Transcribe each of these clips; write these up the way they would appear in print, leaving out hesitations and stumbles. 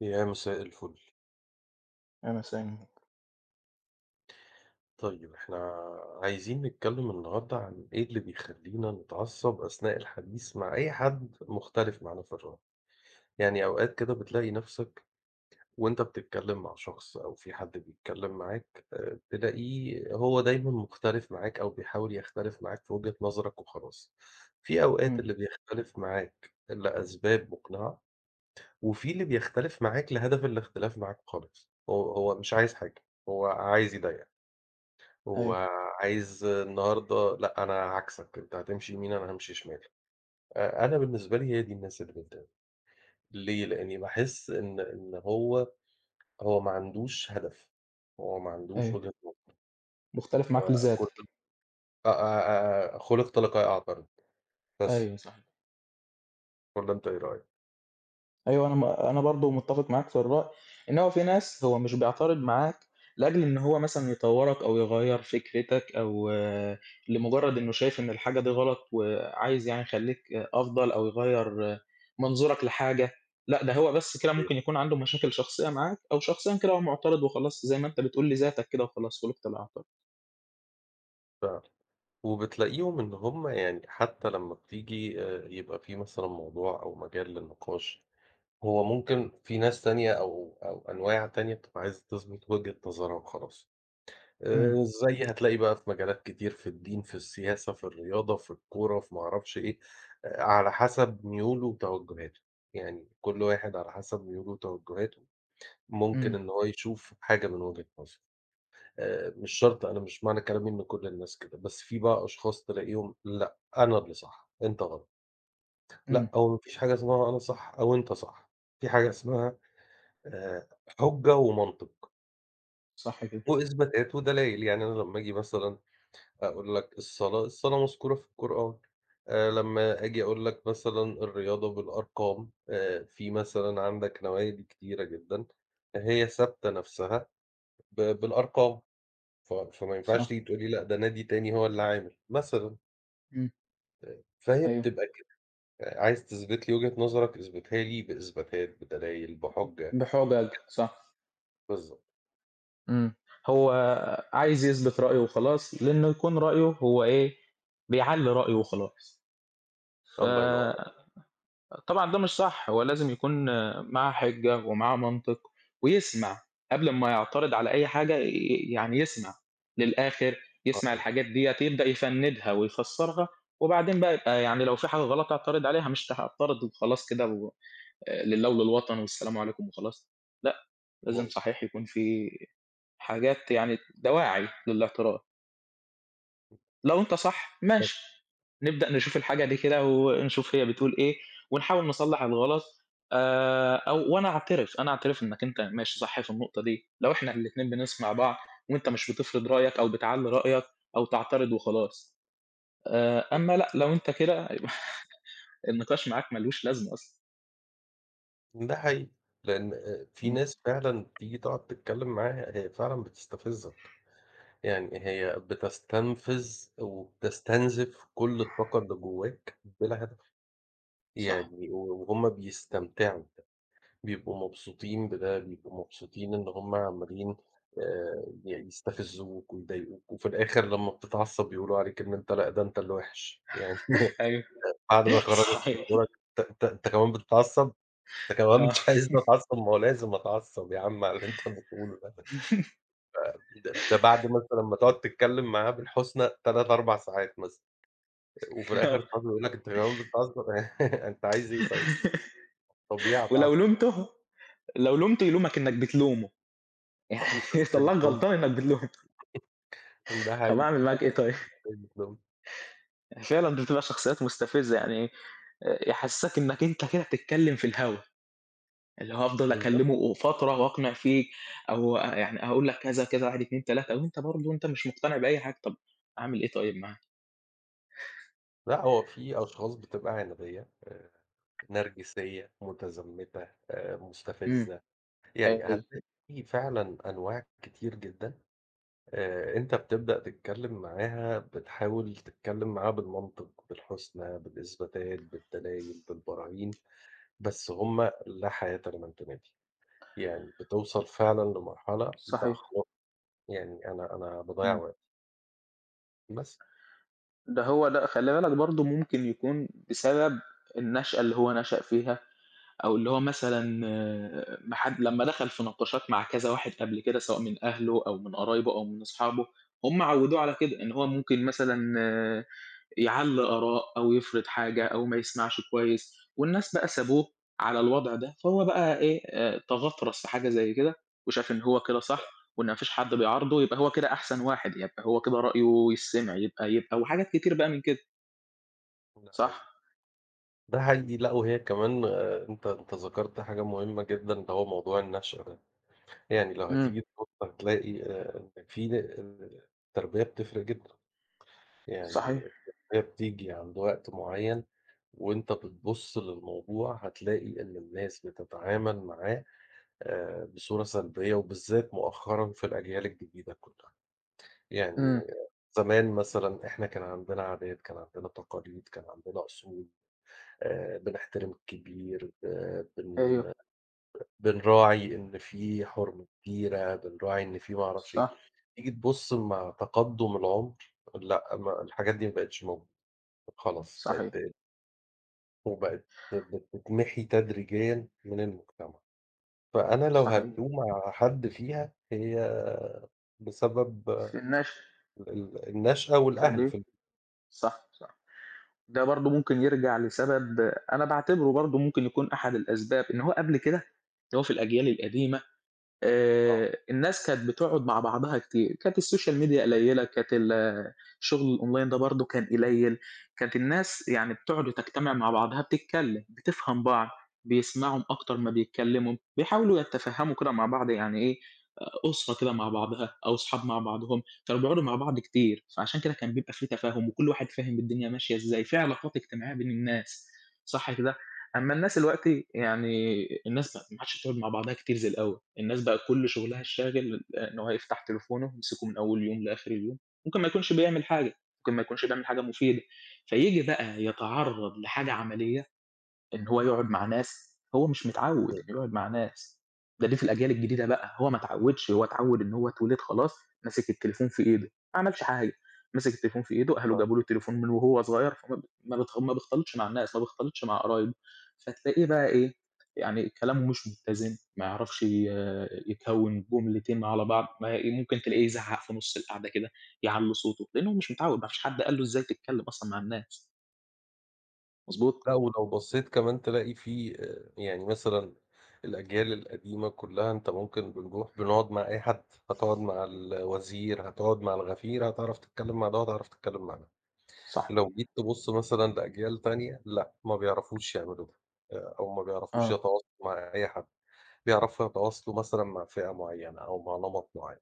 يا مساء الفل. أنا سامع، طيب إحنا عايزين نتكلم النهارده عن إيه اللي بيخلّينا نتعصب أثناء الحديث مع أي حد مختلف معانا في الرأي، يعني أوقات كده بتلاقي نَفْسك وأنت بتتكلم مع شخص أو في حد بيتكلم معاك تلاقيه هو دايمًا مختلف معاك أو بيحاول يختلف معاك في وجهة نظرك وخلاص. في أوقات إمم، اللي بيختلف معاك لأسباب مقنعة، وفي اللي بيختلف معاك لهدف الاختلاف معاك وخلاص، هو مش عايز حاجة، هو عايز يضايقك. هو أيوه، عايز النهارده لأ، أنا عكسك، أنت هتمشي يمين أنا هامشي شمال. أنا بالنسبة لي هي دي الناس اللي بتضايق، ليه؟ لإني باحس إن هو ما عندوش هدف، هو ما عندوش أيوه، وجهة نظر، هو مختلف معاك كل لذاتك، أ أ أ خُلِق طلقة يقع ضرب، بس أيوه صح، والّا أنت إيه رأيك؟ أيوه أنا برضه متّفق معاك في الرأي، إن هو في ناس هو مش بيعترض معاك لأجل إن هو مثلًا يطوّرك أو يغيّر فكرتك أو لمجرد إنه شايف إن الحاجة دي غلط وعايز يعني يخلّيك أفضل أو يغيّر منظورك لحاجة، لأ ده هو بس كده إيه ممكن يكون عنده مشاكل شخصية معاك أو شخصيًا كده هو معترض وخلاص زي ما أنت بتقول لذاتك كده وخلاص خُلقت للإعتراض، فعلًا، وبتلاقيهم إن هم يعني حتى لمّا بتيجي يبقى في مثلًا موضوع أو مجال للنقاش، هو ممكن في ناس تانية أو أنواع تانية بتبقى عايزة تثبت وجهة نظرها وخلاص. إمم، زي هتلاقي بقى في مجالات كتير، في الدين، في السياسة، في الرياضة، في الكورة، في ما أعرفش إيه، على حسب ميوله وتوجهاته، يعني كل واحد على حسب ميوله وتوجهاته ممكن إمم، إن هو يشوف حاجة من وجهة نظره، مش شرط أنا مش معنى كلامي إن كل الناس كده، بس في بقى أشخاص تلاقيهم لأ، أنا اللي صح، أنت غلط، إمم، لأ هو ما فيش حاجة اسمها أنا صح أو أنت صح، في حاجة اسمها آآ حجة ومنطق صح كده، وإثباتات ودلايل، يعني أنا لمّا آجي مثلًا أقول لك الصلاة، الصلاة مذكورة في القرآن، لمّا آجي أقول لك مثلًا الرياضة بالأرقام، في مثلًا عندك نوادي كتيرة جدًا، هي ثابتة نَفْسها بالأرقام، فما ينفعش صح، تيجي تقول لي لأ ده نادي تاني هو اللي عامل، مثلًا، إمم، فهي أيوه. بتبقى كده، عايز تثبت لي وجهة نظرك اثبتها لي بإثباتات، بدلايل، بحُجّة، بحجج، صح. بالضبط، إمم. هو عايز يثبت رأيه وخلاص، لإنه يكون رأيه هو إيه، بيعلّي رأيه وخلاص. الله ينوّر عليك، فطبعًا ده مش صح، هو لازم يكون معاه حِجّة ومعاه منطق ويسمع قبل ما يعترض على أي حاجة يعني يسمع للآخِر، يسمع صحيح، الحاجات ديّة، يبدأ يفندها ويفسّرها وبعدين بقى يبقى يعني لو في حاجة غلط اعترض عليها، مش هاعترض وخلاص كده و لله وللوطن والسلام عليكم وخلاص، لأ، لازم مضبوط، صحيح يكون في حاجات يعني دواعي للاعتراض، لو أنت صح ماشي، نبدأ نشوف الحاجة دي كده ونشوف هي بتقول إيه، ونحاول نصلّح الغلط أو وأنا أعترف، أنا أعترف إنك أنت ماشي صح في النقطة دي، لو إحنا الاتنين بنسمع بعض وأنت مش بتفرض رأيك أو بتعلّي رأيك أو تعترض وخلاص، أمّا لأ، لو أنت كده يبقى النقاش معاك ما لوش لازمة أصلًا. ده حقيقي، لإن في إمم، ناس فعلًا تيجي تقعد تتكلّم معاها هي فعلًا بتستفزّك. يعني هي بتستنفذ وبتستنزف كل الطاقة اللي جواك بلا هدف، صح، يعني وهُم بيستمتعوا، بيبقوا مبسوطين بده، بيبقوا مبسوطين إن هُم عمّالين ي يستفزوك ويضايقوك، وفي الآخر لمّا بتتعصب يقولوا عليك إن أنت لأ، ده أنت اللي وِحِش، يعني أيوه بعد ما يخرّجك من صحيح، دورك أنت كمان بتتعصب! أنت كمان آه، مش عايزني أتعصب، ما هو لازم أتعصب يا عم على اللي أنت بتقوله ده، ده بعد مثلًا ما تقعد تتكلم معاه بالحُسنى 3، 4 ساعات مثلًا. وفي الآخر صحابه يقولوا لك: "أنت كمان بتهزر أنت عايز إيه طيب؟ طبيعي هتعصب ولو لُمته يلومك إنك بتلومه. أنت يعني إزاي طلّاك بتلومني؟" غلطان إنّك بتلومه، ده طَب حقيقي أعمل معاك إيه طيب؟ إزاي بتلومني فعلًا دي بتبقى شخصيات مستفزة، يعني يحسّسك إنّك أنت كده بتتكلّم في الهوا، اللي هو أفضل بالضبط. أكلّمه فترة وأقنع فيك أو يعني أقول لك كذا، كذا، 1، 2، 3 وأنت برضه أنت مش مقتنع بأي حاجة، طَب أعمل إيه طيب معاه؟ لأ، هو في أشخاص بتبقى عنادية، نرجسية، متزمتة، إمم، مستفزة، يعني أيوه هتلاقي في فعلًا أنواع كتير جدًا، أنت بتبدأ تتكلم معاها بتحاول تتكلم معاها بالمنطق، بالحُسنى، بالإثباتات، بالدلائل، بالبراهين، بس هُم لا حياة لمن تنادي. يعني بتوصل فعلًا لمرحلة لأ صحيح، خلاص يعني أنا باضيّع إمم. وقت، بس ده خلّي بالك برضه ممكن يكون بسبب النشأة اللي هو نشأ فيها او اللي هو مثلا محد لما دخل في نقاشات مع كذا واحد قبل كده سواء من اهله او من قرايبه او من اصحابه هم عودوه على كده ان هو ممكن مثلا يعلي اراء او يفرض حاجه او ما يسمعش كويس والناس بقى سابوه على الوضع ده فهو بقى ايه آه، تغطرس في حاجه زي كده وشاف ان هو كده صح وان مفيش حد بيعارضه يبقى هو كده احسن واحد يبقى هو كده رايه يسمع يبقى وحاجات كتير بقى من كده ده حقيقي، صح ده حقيقي لأ وهي كمان أنت ذكرت حاجة مهمة جدًا اللي هو موضوع النشأة ده، يعني لو امم هتيجي تبُص هتلاقي إن في ن التربية بتفرق جدًا، صحيح يعني التربية بتيجي عند وقت معيّن وأنت بتبُص للموضوع هتلاقي إن الناس بتتعامل معاه بصورة سلبية وبالذات مؤخرًا في الأجيال الجديدة كلها. امم يعني زمان مثلًا إحنا كان عندنا عادات، كان عندنا تقاليد، كان عندنا أصول، بنحترم الكبير، ايوه بن بنراعي إن في حُرمة كبيرة، بنراعي إن في ما أعرفش إيه، صح تيجي تبُص مع تقدُّم العُمر لأ، ما الحاجات دي ما بقتش موجودة، خلاص بقت صحيح وبقت بتتمحي تدريجيًا من المجتمع، فأنا لو صحيح. هالوم على حد فيها هي بسبب في النشء، ال ال النشأة والأهل التربية، في صح، صح. ده برضه ممكن يرجع لسبب أنا باعتبره برضه ممكن يكون أحد الأسباب، إن هو قبل كده، اللي هو في الأجيال القديمة المجتمع. الناس كانت بتقعد مع بعضها كتير، كانت السوشيال ميديا قليّلة، كانت الشغل الأونلاين ده برضه كان قليّل، كانت الناس يعني بتقعد وتجتمع مع بعضها بتتكلّم، بتفهم بعض، بيسمعهم أكتر ما بيتكلّموا، بيحاولوا يتفهّموا كده مع بعض يعني إيه، أسرة كده مع بعضها أو أصحاب مع بعضهم، كانوا بيقعدوا مع بعض كتير، فعشان كده كان بيبقى في تفاهم وكل واحد فاهم الدنيا ماشية إزاي، في علاقات اجتماعية بين الناس، صح كده؟ أمّا الناس الوقتي يعني الناس بقى ما عادش بتقعد مع بعضها كتير زي الأول، الناس بقى كل شغلها الشاغل إن هو يفتح تليفونه يمسكه من أول يوم لآخر اليوم، ممكن ما يكونش بيعمل حاجة، ممكن ما يكونش بيعمل حاجة مفيدة، فييجي بقى يتعرّض لحاجة عملية إن هو يقعد مع ناس هو مش متعوّد إنه يقعد مع ناس، دي في الأجيال الجديدة بقى، هو ما اتعوّدش، هو اتعوّد إن هو اتولد خلاص ماسك التليفون في إيده، ما عملش حاجة، ماسك التليفون في إيده، أهله جابوا له التليفون من وهو صغير، فما ب ما بيتخ ما بيختلطش مع الناس، ما بيختلطش مع قرايبه، فتلاقيه بقى إيه، يعني كلامه مش متّزن، ما يعرفش يكوّن جملتين على بعض، ما ي ممكن تلاقيه يزعّق في نُص القعدة كده، يعلّي صوته، لإنه هو مش متعوّد، ما فيش حد قال له إزاي تتكلّم أصلًا مع الناس، مضبوط؟ لأ، ولو بصّيت كمان تلاقي في يعني مثلًا الأجيال القديمة كلّها أنت ممكن بنروح بنقعد مع أي حد، هتقعد مع الوزير، هتقعد مع الغفير، هتعرف تتكلّم مع ده وهتعرف تتكلّم مع ده. صحيح، لو جيت تبُص مثلًا لأجيال تانية، لأ، ما بيعرفوش يعملوا ده، أو ما بيعرفوش آه، يتواصلوا مع أي حد، بيعرفوا يتواصلوا مثلًا مع فئة معيّنة أو مع نمط معيّن.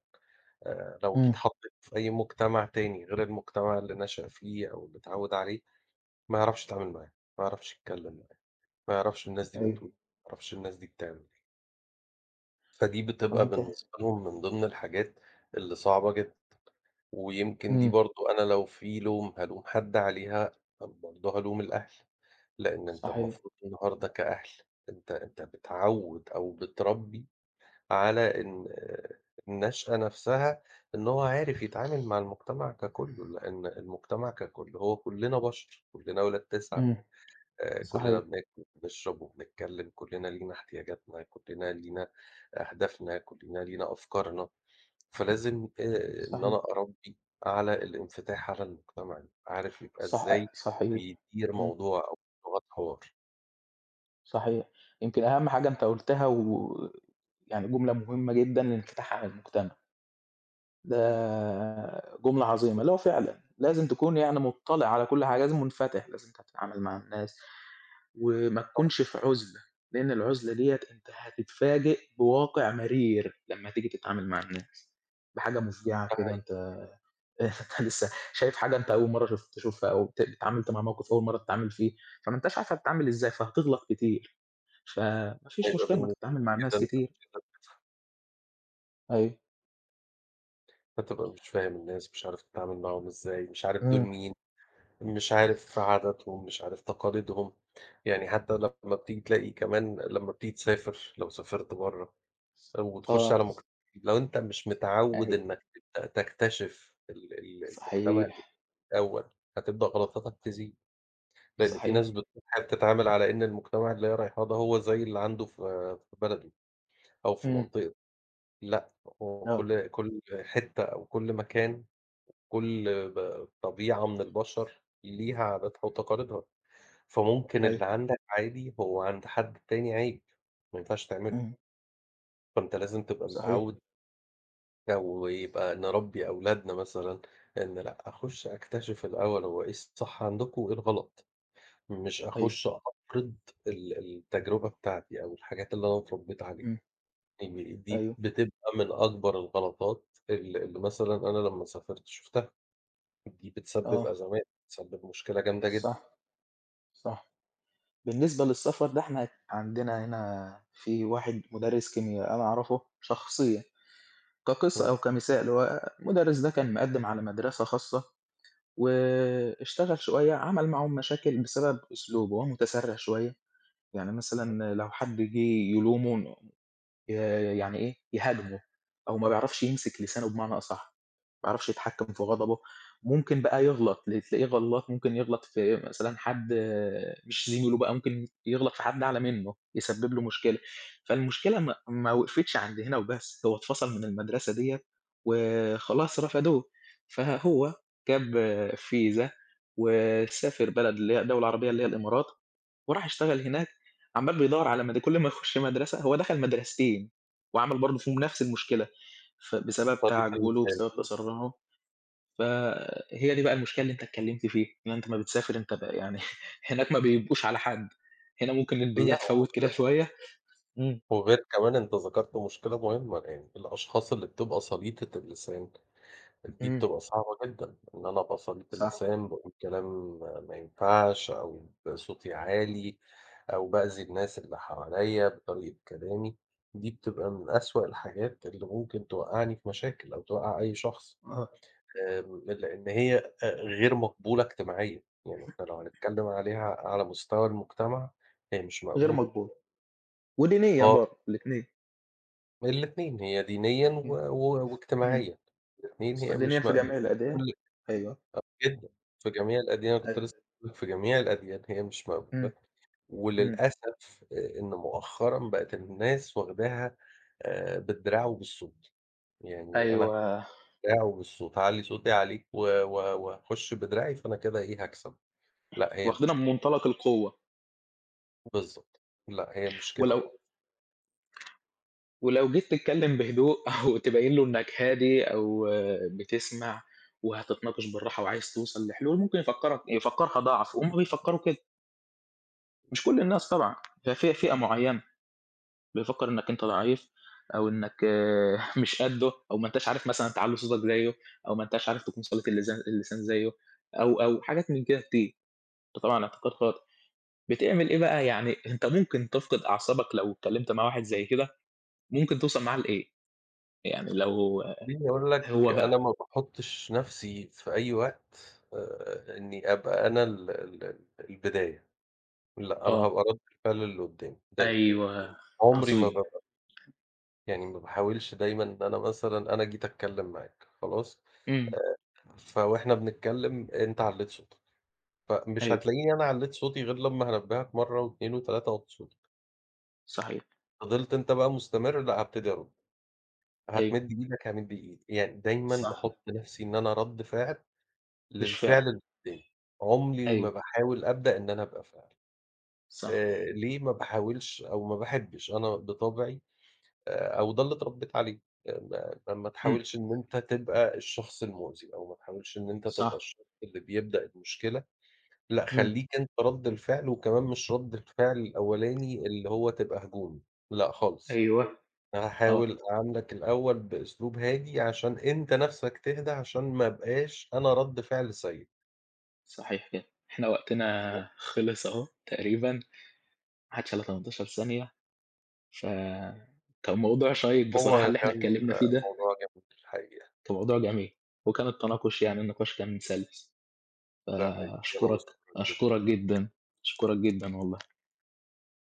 لو إمم. جيت حطّيت في أي مجتمع تاني غير المجتمع اللي نشأ فيه أو اللي اتعوّد عليه، ما يعرفش يتعامل معاه، ما يعرفش يتكلّم. ما يعرفش الناس دي أيوه، بتقول إيه، ما يعرفش الناس دي بتعمل إيه. فدي بتبقى وأنت بالنسبة لهم من ضمن الحاجات اللي صعبة جدًا، ويمكن دي إمم، برضه أنا لو في لوم هالوم حد عليها، برضه هالوم الأهل، لإن أنت صحيح، المفروض النهارده كأهل أنت بتعوّد أو بتربي على إن آه، النشأة نفسها إن هو عارف يتعامل مع المجتمع ككُلّه، لإن المجتمع ككُل هو كُلّنا بشر، كُلّنا ولاد 9. إمم، كُلّنا صحيح، بناكل، بنشرب وبنتكلّم، كُلّنا لينا احتياجاتنا، كُلّنا لينا أهدافنا، كُلّنا لينا أفكارنا، فلازم إن صحيح، أنا أربّي على الانفتاح على المجتمع، عارف يبقى إزاي صح صحيح، بيدير إمم، موضوع أو لغات حوار، صحيح. يمكن أهم حاجة أنت قُلتها و يعني جملة مهمة جدًا، الانفتاح على المجتمع، ده جملة عظيمة، اللي هو فعلًا لازم تكون يعني مُطّلع على كل حاجة، لازم منفتح، لازم تتعامل مع الناس، وما تكونش في عُزلة، لإن العُزلة ديّة أنت هتتفاجئ بواقع مرير لمّا تيجي تتعامل مع الناس، بحاجة مفجعة كده ده أنت أنت لسه شايف حاجة أنت أول مرّة تشوفها أو اتعاملت مع موقف أول مرّة تتعامل فيه، فما أنتاش عارف هتتعامل إزاي، فهتغلط كتير، فما فيش هيبقى مشكلة إنّك بالنسبة تتعامل مع لي الناس أنا كتير. أيوه. هتبقى مش فاهم الناس، مش عارف تتعامل معاهم إزاي، مش عارف دول إمم. مين، مش عارف عاداتهم، مش عارف تقاليدهم، يعني حتى لمّا بتيجي تلاقي كمان لمّا بتيجي تسافر، لو سافرت برّه وتخش آه، على مجت لو أنت مش متعوّد أيوه. إنّك تبدأ تكتشف ال ال المجتمع ده صحيح، الأول، هتبدأ غلطاتك تزيد، لإن في صحيح. ناس بتروح بتتعامل على إن المجتمع اللي هي رايحاه ده هو زي اللي عنده في بلده أو في إمم. منطقته، لأ، هو آه، كل حتّة أو كل مكان، كل طبيعة من البشر ليها عاداتها وتقاليدها، فممكن أيوه. اللي عندك عادي هو عند حد تاني عيب، ما ينفعش تعمله، إمم. فأنت لازم تبقى صحيح. متعوّد أو يبقى نربّي أولادنا مثلًا إن لأ، أخُش أكتشف الأول هو إيه الصح عندكم وإيه الغلط، مش أيوه. أخُش أفرض التجربة بتاعتي أو الحاجات اللي أنا اتربّيت عليها، إمم. يعني دي أيوه. بتبقى من أكبر الغلطات اللي مثلًا أنا لمّا سافرت شُفتها، دي بتسبب آه. أزمات، بتسبب مشكلة جامدة جدًا، صح، صح. بالنسبة للسفر ده إحنا عندنا هنا في واحد مُدرِّس كيميا أنا أعرفه شخصيًا، كقصة إمم، أو كمثال هو المُدرِّس ده كان مقدِّم على مدرسة خاصة واشتغل شوية، عمل معاهم مشاكل بسبب أسلوبه، هو متسرع شوية، يعني مثلًا لو حد جِه يلومه ي يعني إيه، يهاجمه أو ما بيعرفش يمسك لسانه بمعنى أصح، ما بيعرفش يتحكّم في غضبه، ممكن بقى يغلط، تلاقيه غلّاط، ممكن يغلط في مثلًا حد مش زميله بقى، ممكن يغلط في حد أعلى منّه، يسبب له مشكلة، فالمشكلة ما وقفتش عند هنا وبس، هو اتفصل من المدرسة ديّة وخلاص رفضوه، فهو جاب فيزا وسافر بلد اللي هي دولة عربية اللي هي الإمارات، وراح اشتغل هناك عمّال بيدوّر على كل ما يخش مدرسة هو دخل مدرستين، وعمل برضه فيهم نفس المشكلة، ف بسبب طريقة تعجُّله اللسان، وبسبب تسرُّعه، فهي دي بقى المشكلة اللي أنت اتكلّمت فيها، إن أنت أمّا بتسافر أنت بقى يعني هناك ما بيبقوش على حد، هنا ممكن الدنيا لأ تفوّت كده شوية. إمم. وغير كمان أنت ذكرت مشكلة مهمة، يعني الأشخاص اللي بتبقى صليطة اللسان دي إمم، بتبقى صعبة جدا، إن أنا أبقى صليت صح، اللسان، باقول كلام ما ينفعش أو صوتي عالي أو بأذي الناس اللي حواليّا بطريقة كلامي، دي بتبقى من أسوأ الحاجات اللي ممكن توقّعني في مشاكل أو توقّع أي شخص، آه، لإن هي غير مقبولة اجتماعيًا، يعني إحنا لو هنتكلم عليها على مستوى المجتمع هي مش غير مقبولة مقبول، ودينيًا خا برضه الاتنين، الاتنين، هي دينيًا و إمم. و إمم، واجتماعيًا، الاتنين هي سواء دينيًا مش في مقبولة. جميع الأديان أيوه، جدًا، في جميع الأديان، كنت لسه أيوه، هاقول لك في جميع الأديان هي مش إمم، مقبولة، إمم، وللأسف إن مؤخرًا بقت الناس واخداها بالدراع وبالصوت، يعني أنا أيوه، هادراع وبالصوت، هاعلّي صوتي عليك و وهاخش بدراعي فأنا كده إيه هاكسب، لأ هي واخدينها مش كده من منطلق القوة بالضبط، لأ هي مش كده ولو خالص، ولو جيت تتكلم بهدوء أو تبين له إنك هادي أو بتسمع وهتتناقش بالراحة وعايز توصل لحلول، ممكن يفكّرك يفكّرها ضعف، وهُم بيفكّروا كده، مش كل الناس طبعًا، هي فئة معيّنة، بيفكّر إنك أنت ضعيف أو إنك مش قدّه أو ما أنتاش عارف مثلًا تعلّي صوتك زيّه أو ما أنتاش عارف تكون صلة اللسان زيّه أو حاجات من كده كتير، ده طبعًا اعتقاد خاطئ. بتعمل إيه بقى، يعني أنت ممكن تفقد أعصابك لو اتكلمت مع واحد زي كده، ممكن توصل معاه لإيه؟ يعني لو خلّيني أقول لك هو أنا ما باحطش نفسي في أي وقت إني أبقى أنا ال ال ال البداية، لأ أنا آه. هابقى رد الفعل اللي قدّامي دايمًا، أيوه، عمري ما ب عظيم. يعني ما باحاولش دايمًا إن أنا مثلًا أنا جيت أتكلّم معاك خلاص، إمم، آآ إمم. فوإحنا بنتكلّم أنت علّيت صوتك، فمش أيوه، هتلاقيني أنا علّيت صوتي غير لمّا هانبّهك مرّة و2 و3 وطّيت صوتك، صحيح، فضلت أنت بقى مستمر لأ هابتدي أرُد، أيوه، هتمِد إيدك هامِد إيدي، يعني دايمًا صح، باحُط نَفْسي إن أنا رَد فعل مش للفعل فعل، اللي قدّامي، عُمري ما أيوه، باحاول أبدأ إن أنا أبقى فاعل، صح، ليه ما باحاولش أو ما باحبّش أنا بطبعي أو ده اللي اتربيت عليه، ما إمم، تحاولش إن أنت تبقى الشخص المؤذي، أو ما تحاولش إن أنت تبقى صح، الشخص اللي بيبدأ المشكلة، لأ إمم، خلّيك أنت رَد الفعل، وكمان مش رَد الفعل الأولاني اللي هو تبقى هجوم، لأ خالص، أيوه، أنا آه، هاحاول أعاملك الأول بأسلوب هادي عشان أنت نَفْسك تهدى، عشان ما ابقاش أنا رَد فعل سيء، صحيح كده. إحنا وقتنا خلص أهو تقريبًا، ما عادش إلا 18 ثانية، ف كان موضوع شيّق بصراحة هو اللي إحنا كان اتكلّمنا فيه ده، موضوع جميل الحقيقة، كان موضوع جميل وكان التناقش يعني النقاش كان سَلِس، ده حقيقي أنا فأشكرك، مبسوط أشكرك جدًا. جدًا، أشكرك جدًا والله.